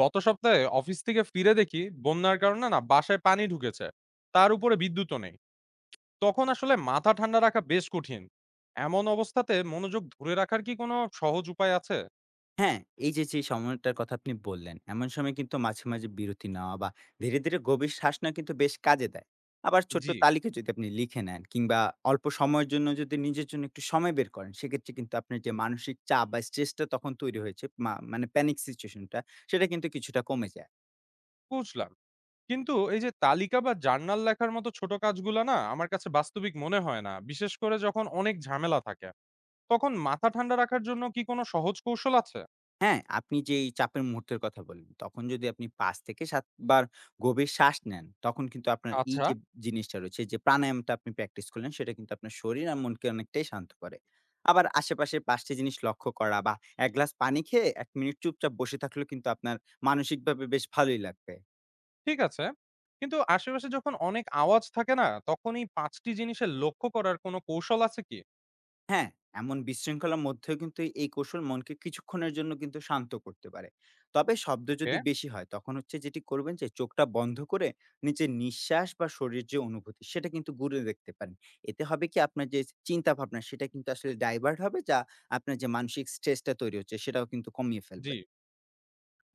গত সপ্তাহে অফিস থেকে ফিরে দেখি বন্যার কারণে না বাসায় পানি ঢুকেছে। তার উপরে বিদ্যুৎও নেই। তখন আসলে মাথা ঠান্ডা রাখা বেশ কঠিন। এমন অবস্থাতে মনোযোগ ধরে রাখার কি কোনো সহজ উপায় আছে? হ্যাঁ, এই যে, সময়টার কথা আপনি বললেন, এমন সময় কিন্তু মাঝে, মাঝে, বিরতি নেওয়া বা ধীরে, ধীরে, গভীর শ্বাস নেওয়া কিন্তু বেশ কাজে দেয়। আবার ছোট্ট জি। তালিকা যদি আপনি লিখে নেন কিংবা অল্প সময়ের জন্য যদি নিজের জন্য একটু সময় বের করেন, সেক্ষেত্রে কিন্তু আপনার যে, মানসিক চাপ বা স্ট্রেসটা তখন তৈরি হয়েছে মানে প্যানিক সিচুয়েশনটা সেটা কিন্তু কিছুটা কমে যায়। বুঝলাম, কিন্তু এই যে তালিকা বা জার্নাল লেখার মতো ছোট কাজগুলো না আমার কাছে বাস্তবিক মনে হয় না, বিশেষ করে যখন অনেক ঝামেলা থাকে। তখন মাথা ঠান্ডা রাখার জন্য কি কোনো সহজ কৌশল আছে? হ্যাঁ, আপনি যেই চাপের মুহূর্তের কথা বললেন, তখন যদি আপনি ৫ থেকে ৭ বার গভীর শ্বাস নেন, তখন কিন্তু আপনার এই আচ্ছা। যে জিনিসটা রয়েছে, যে প্রাণায়ামটা আপনি প্র্যাকটিস করলেন, সেটা কিন্তু আপনার শরীর আর মনকে অনেকটাই শান্ত করে। আবার আশেপাশের ৫ টি জিনিস লক্ষ্য করা বা ১ গ্লাস পানি খেয়ে ১ মিনিট চুপচাপ বসে থাকলেও কিন্তু আপনার মানসিকভাবে বেশ ভালোই লাগবে। ঠিক আছে। কিন্তু আশেপাশে যখন অনেক আওয়াজ থাকে না, তখন এই ৫ টি জিনিসের লক্ষ্য করার কোনো কৌশল আছে কি? হ্যাঁ, এমন বিশৃঙ্খলার মধ্যেও কিন্তু এই কৌশল মনকে কিছুক্ষণের জন্য কিন্তু শান্ত করতে পারে। তবে শব্দ ওকে। যদি বেশি হয় তখন হচ্ছে যেটি করবেন যে চোখটা বন্ধ করে নিজের নিঃশ্বাস বা শরীরের যে অনুভূতি সেটা কিন্তু ঘুরে দেখতে পারেন। এতে হবে কি আপনার যে চিন্তা ভাবনা সেটা কিন্তু আসলে ডাইভার্ট হবে যা আপনার যে মানসিক স্ট্রেসটা তৈরি হচ্ছে সেটাও কিন্তু কমিয়ে জি। ফেলবে।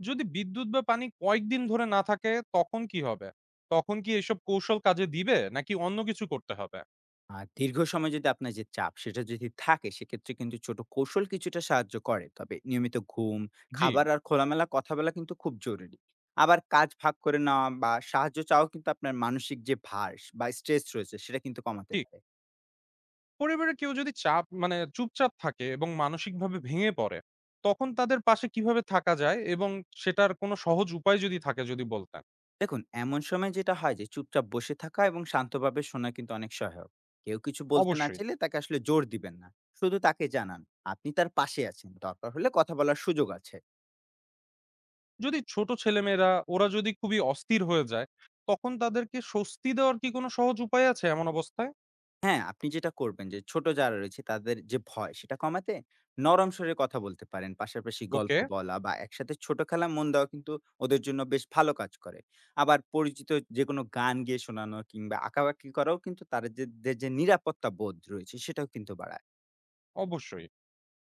যদি বিদ্যুৎ বা পানি কয়েকদিন ধরে না থাকে তখন কি হবে? তখন কি এসব কৌশল কাজে দিবে নাকি অন্য কিছু করতে হবে? আর দীর্ঘ সময় যদি আপনার যে চাপ সেটা যদি থাকে সেক্ষেত্রে কিন্তু ছোট কৌশল কিছুটা সাহায্য করে তবে নিয়মিত ঘুম জি। খাবার আর খোলামেলা কথা বলা কিন্তু খুব জরুরি। আবার কাজ ভাগ করে নেওয়া বা সাহায্য চাওয়া কিন্তু আপনার মানসিক যে ভার বা স্ট্রেস রয়েছে সেটা কিন্তু কমাতে ঠিক। পারে। পরিবারের কেউ যদি চাপ মানে চুপচাপ থাকে এবং মানসিকভাবে ভেঙে পড়ে, তখন তাদের পাশে কিভাবে থাকা যায়, এবং সেটার কোনো সহজ উপায় যদি থাকে যদি বলতেন? দেখুন এমন সময় যেটা হয় যে চুপচাপ বসে থাকা এবং শান্তভাবে শোনা কিন্তু অনেক সহায়ক। কেউ কিছু বলতে না অবশ্যই। চাইলে তাকে আসলে জোর দিবেন না, শুধু তাকে জানান আপনি তার পাশে আছেন, দরকার হলে কথা বলার সুযোগ আছে। যদি ছোট ছেলেমেয়েরা ওরা যদি খুবই অস্থির হয়ে যায়, তখন তাদেরকে স্বস্তি দেওয়ার কি কোনো সহজ উপায় আছে এমন অবস্থায়? হ্যাঁ, আপনি যেটা করবেন যে ছোট যারা রয়েছে তাদের যে ভয় সেটা কমাতে নরম স্বরে কথা বলতে পারেন। পাশাপাশি ওকে। গল্প বলা বা একসাথে ছোট খেলায় মন দেওয়া কিন্তু ওদের জন্য বেশ ভালো কাজ করে। আবার পরিচিত যেকোনো গান গেয়ে শোনানো কিংবা আঁকাবাঁকি করাও কিন্তু তাদের যে নিরাপত্তা বোধ রয়েছে সেটাও কিন্তু বাড়ায়। অবশ্যই।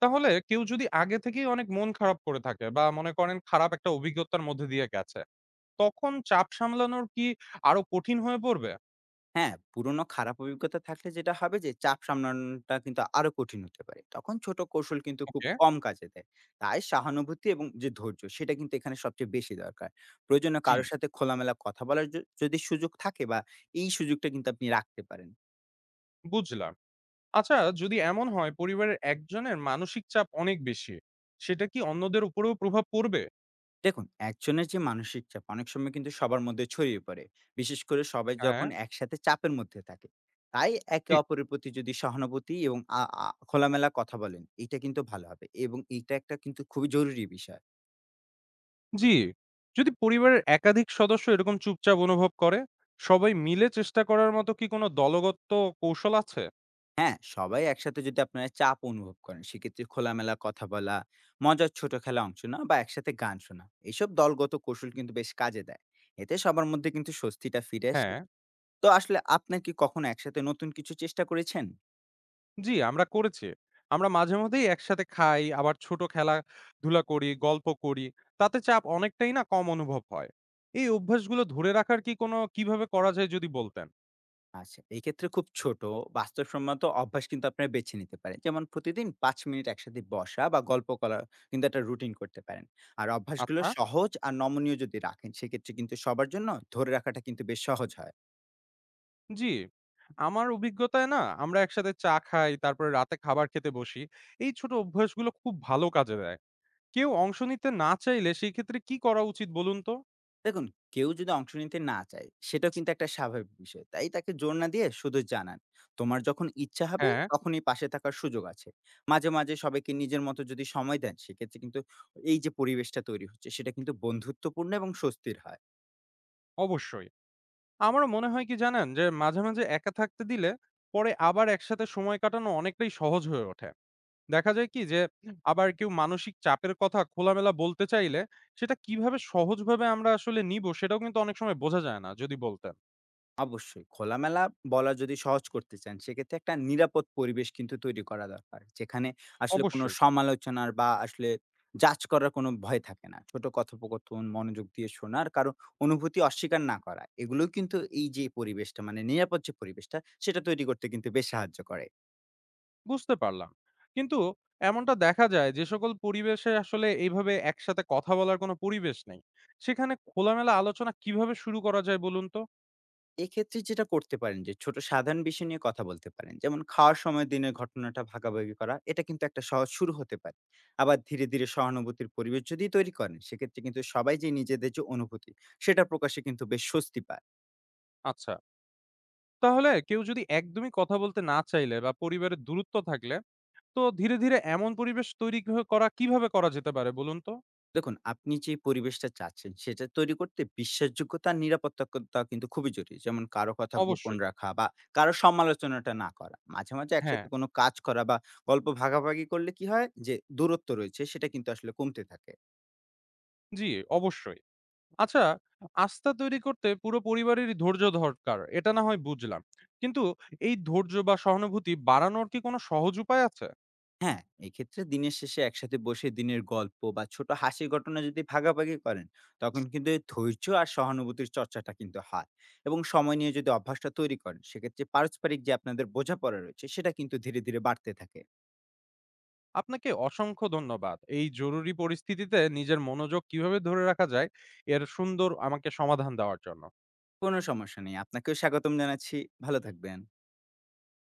তাহলে কেউ যদি আগে থেকেই অনেক মন খারাপ করে থাকে বা মনে করেন খারাপ একটা অভিজ্ঞতার মধ্যে দিয়ে গেছে, তখন চাপ সামলানোর কি আরো কঠিন হয়ে পড়বে? হ্যাঁ, পুরনো খারাপ অভিজ্ঞতা থাকলে যেটা হবে যে চাপ সামলানোটা কিন্তু আরো কঠিন হতে পারে। তখন ছোট কৌশল কিন্তু খুব ওকে। কম কাজে দেয়। তাই সহানুভূতি এবং যে ধৈর্য সেটা কিন্তু এখানে সবচেয়ে বেশি দরকার। প্রয়োজনে জি। কারো সাথে খোলামেলা কথা বলার যদি সুযোগ থাকে বা এই সুযোগটা কিন্তু আপনি রাখতে পারেন। বুঝলাম। আচ্ছা, যদি এমন হয় পরিবারের একজনের মানসিক চাপ অনেক বেশি, সেটা কি অন্যদের উপরেও প্রভাব পড়বে? দেখুন একজনের যে মানসিক চাপ অনেক সময় কিন্তু সবার মধ্যে ছড়িয়ে পড়ে, বিশেষ করে সবাই হ্যাঁ। যখন একসাথে চাপের মধ্যে থাকে। তাই একে অপরের প্রতি যদি সহানুভূতি এবং খোলামেলা কথা বলেন এটা কিন্তু ভালো হবে এবং এটা একটা কিন্তু খুবই জরুরি বিষয়। জি। যদি পরিবারের একাধিক সদস্য এরকম চুপচাপ অনুভব করে, সবাই মিলে চেষ্টা করার মতো কি কোনো দলগত কৌশল আছে? হ্যাঁ, সবাই একসাথে যদি আপনারা চাপ অনুভব করেন সেক্ষেত্রে খোলামেলা কথা বলা, মজার ছোট খেলা অংশ না বা একসাথে গান শোনা, এইসব দলগত কৌশল কিন্তু বেশ কাজে দেয়। এতে সবার মধ্যে কিন্তু স্বস্তিটা ফিরে আসে। হ্যাঁ। তো আসলে আপনার কি কখনো একসাথে নতুন কিছু চেষ্টা করেছেন? জি, আমরা করেছি। আমরা মাঝে মধ্যেই একসাথে খাই, আবার ছোট খেলাধুলা করি, গল্প করি। তাতে চাপ অনেকটাই না কম অনুভব হয়। এই অভ্যাসগুলো ধরে রাখার কি কোনো কিভাবে করা যায় যদি বলতেন? আচ্ছা, এক্ষেত্রে খুব ছোট বাস্তবসম্মত অভ্যাস কিন্তু আপনারা বেছে নিতে পারেন। যেমন প্রতিদিন ৫ মিনিট একসাথে বসা বা গল্প করা কিন্তু একটা রুটিন করতে পারেন। আর অভ্যাসগুলো আচ্ছা। সহজ আর নমনীয় যদি রাখেন সেক্ষেত্রে কিন্তু সবার জন্য ধরে রাখাটা কিন্তু বেশ সহজ হয়। জি। আমার অভিজ্ঞতায় না আমরা একসাথে চা খাই, তারপরে রাতে খাবার খেতে বসি। এই ছোট অভ্যাসগুলো খুব ভালো কাজে দেয়। কেউ অংশ নিতে না চাইলে সেই ক্ষেত্রে কি করা উচিত বলুন তো? দেখুন কেউ যদি অংশ নিতে না চায় সেটাও কিন্তু একটা স্বাভাবিক বিষয়। তাই তাকে জোর না দিয়ে শুধু জানান। তোমার যখন ইচ্ছা হবে হ্যাঁ। তখনই পাশে থাকার সুযোগ আছে। মাঝে, মাঝে সবাইকে নিজের মতো যদি সময় দেন সেক্ষেত্রে কিন্তু এই যে পরিবেশটা তৈরি হচ্ছে সেটা কিন্তু বন্ধুত্বপূর্ণ এবং স্বস্তির হয়। অবশ্যই। আমারও মনে হয় কি জানেন? যে মাঝে, মাঝে একা থাকতে দিলে পরে আবার একসাথে সময় কাটানো অনেকটাই সহজ হয়ে ওঠে। দেখা যায় কি যে আবার কেউ মানসিক চাপের কথা খোলামেলা বলতে চাইলে সেটা কিভাবে সহজভাবে আমরা আসলে নিব সেটাও কিন্তু অনেক সময় বোঝা যায় না, যদি বলতেন। অবশ্যই। খোলামেলা বলা যদি সহজ করতে চান, সেক্ষেত্রে একটা নিরাপদ পরিবেশ কিন্তু তৈরি করা দরকার। যেখানে আসলে কোনো অবশ্যই। সমালোচনার বা আসলে জাজ করার কোনো ভয় থাকে না। ছোট কথোপকথন, মনোযোগ দিয়ে শোনার, কারো অনুভূতি অস্বীকার না করা। এগুলোও কিন্তু এই যে পরিবেশটা মানে নিরাপদ যে পরিবেশটা, সেটা তৈরি করতে কিন্তু বেশ সাহায্য করে। বুঝতে পারলাম। কিন্তু এমনটা দেখা যায় যে সকল পরিবেশে আসলে এইভাবে একসাথে কথা বলার কোনো পরিবেশ নেই। সেখানে খোলামেলা আলোচনা কিভাবে শুরু করা যায় বলুন তো? এক্ষেত্রে যেটা করতে পারেন যে ছোট সাধারণ বিষয় নিয়ে কথা বলতে পারেন, যেমন খাওয়ার সময় দিনের ঘটনাটা ভাগাভাগি করা এটা কিন্তু একটা সহজ শুরু হতে পারে। আবার ধীরে ধীরে সহানুভূতির পরিবেশ যদি তৈরি করেন সেক্ষেত্রে কিন্তু সবাই যে নিজেদের যে অনুভূতি সেটা প্রকাশে কিন্তু বেশ স্বস্তি পায়। আচ্ছা। তাহলে কেউ যদি একদমই কথা বলতে না চাইলে বা পরিবারের দূরত্ব থাকলে তো ধীরে, ধীরে এমন পরিবেশ তৈরি কিভাবে করা যেতে পারে বলুন তো? দেখুন আপনি যে পরিবেশটা চাচ্ছেন সেটা তৈরি করতে বিশ্বাসযোগ্যতা আর নিরাপত্তা কিন্তু খুবই জরুরি, যেমন কারো কথা গোপন অবশ্যই। রাখা বা কারো সমালোচনাটা না করা, মাঝে মাঝে হ্যাঁ। একসাথে কোনো কাজ করা বা গল্প ভাগাভাগি করলে কি হয় যে দূরত্ব রয়েছে সেটা কিন্তু আসলে কমতে থাকে। জি। অবশ্যই। আচ্ছা, আস্থা তৈরি করতে পুরো পরিবারেরই ধৈর্য দরকার। এটা না হয় বুঝলাম। কিন্তু এই ধৈর্য বা সহানুভূতি বাড়ানোর কি কোনো সহজ উপায় আছে? হ্যাঁ, এক্ষেত্রে দিনের শেষে একসাথে বসে দিনের গল্প বা ছোট হাসির ঘটনা যদি ভাগাভাগি করেন, তখন কিন্তু এই ধৈর্য আর সহানুভূতির চর্চাটা কিন্তু হয়। এবং সময় নিয়ে যদি অভ্যাসটা তৈরি করেন, সেক্ষেত্রে পারস্পরিক যে আপনাদের বোঝাপড়া রয়েছে, সেটা কিন্তু ধীরে, ধীরে বাড়তে থাকে। আপনাকে অসংখ্য ধন্যবাদ। এই জরুরি পরিস্থিতিতে নিজের মনোযোগ কিভাবে ধরে রাখা যায় এর সুন্দর আমাকে সমাধান দেওয়ার জন্য। কোনো সমস্যা নেই। আপনাকেও স্বাগতম জানাচ্ছি। ভালো থাকবেন।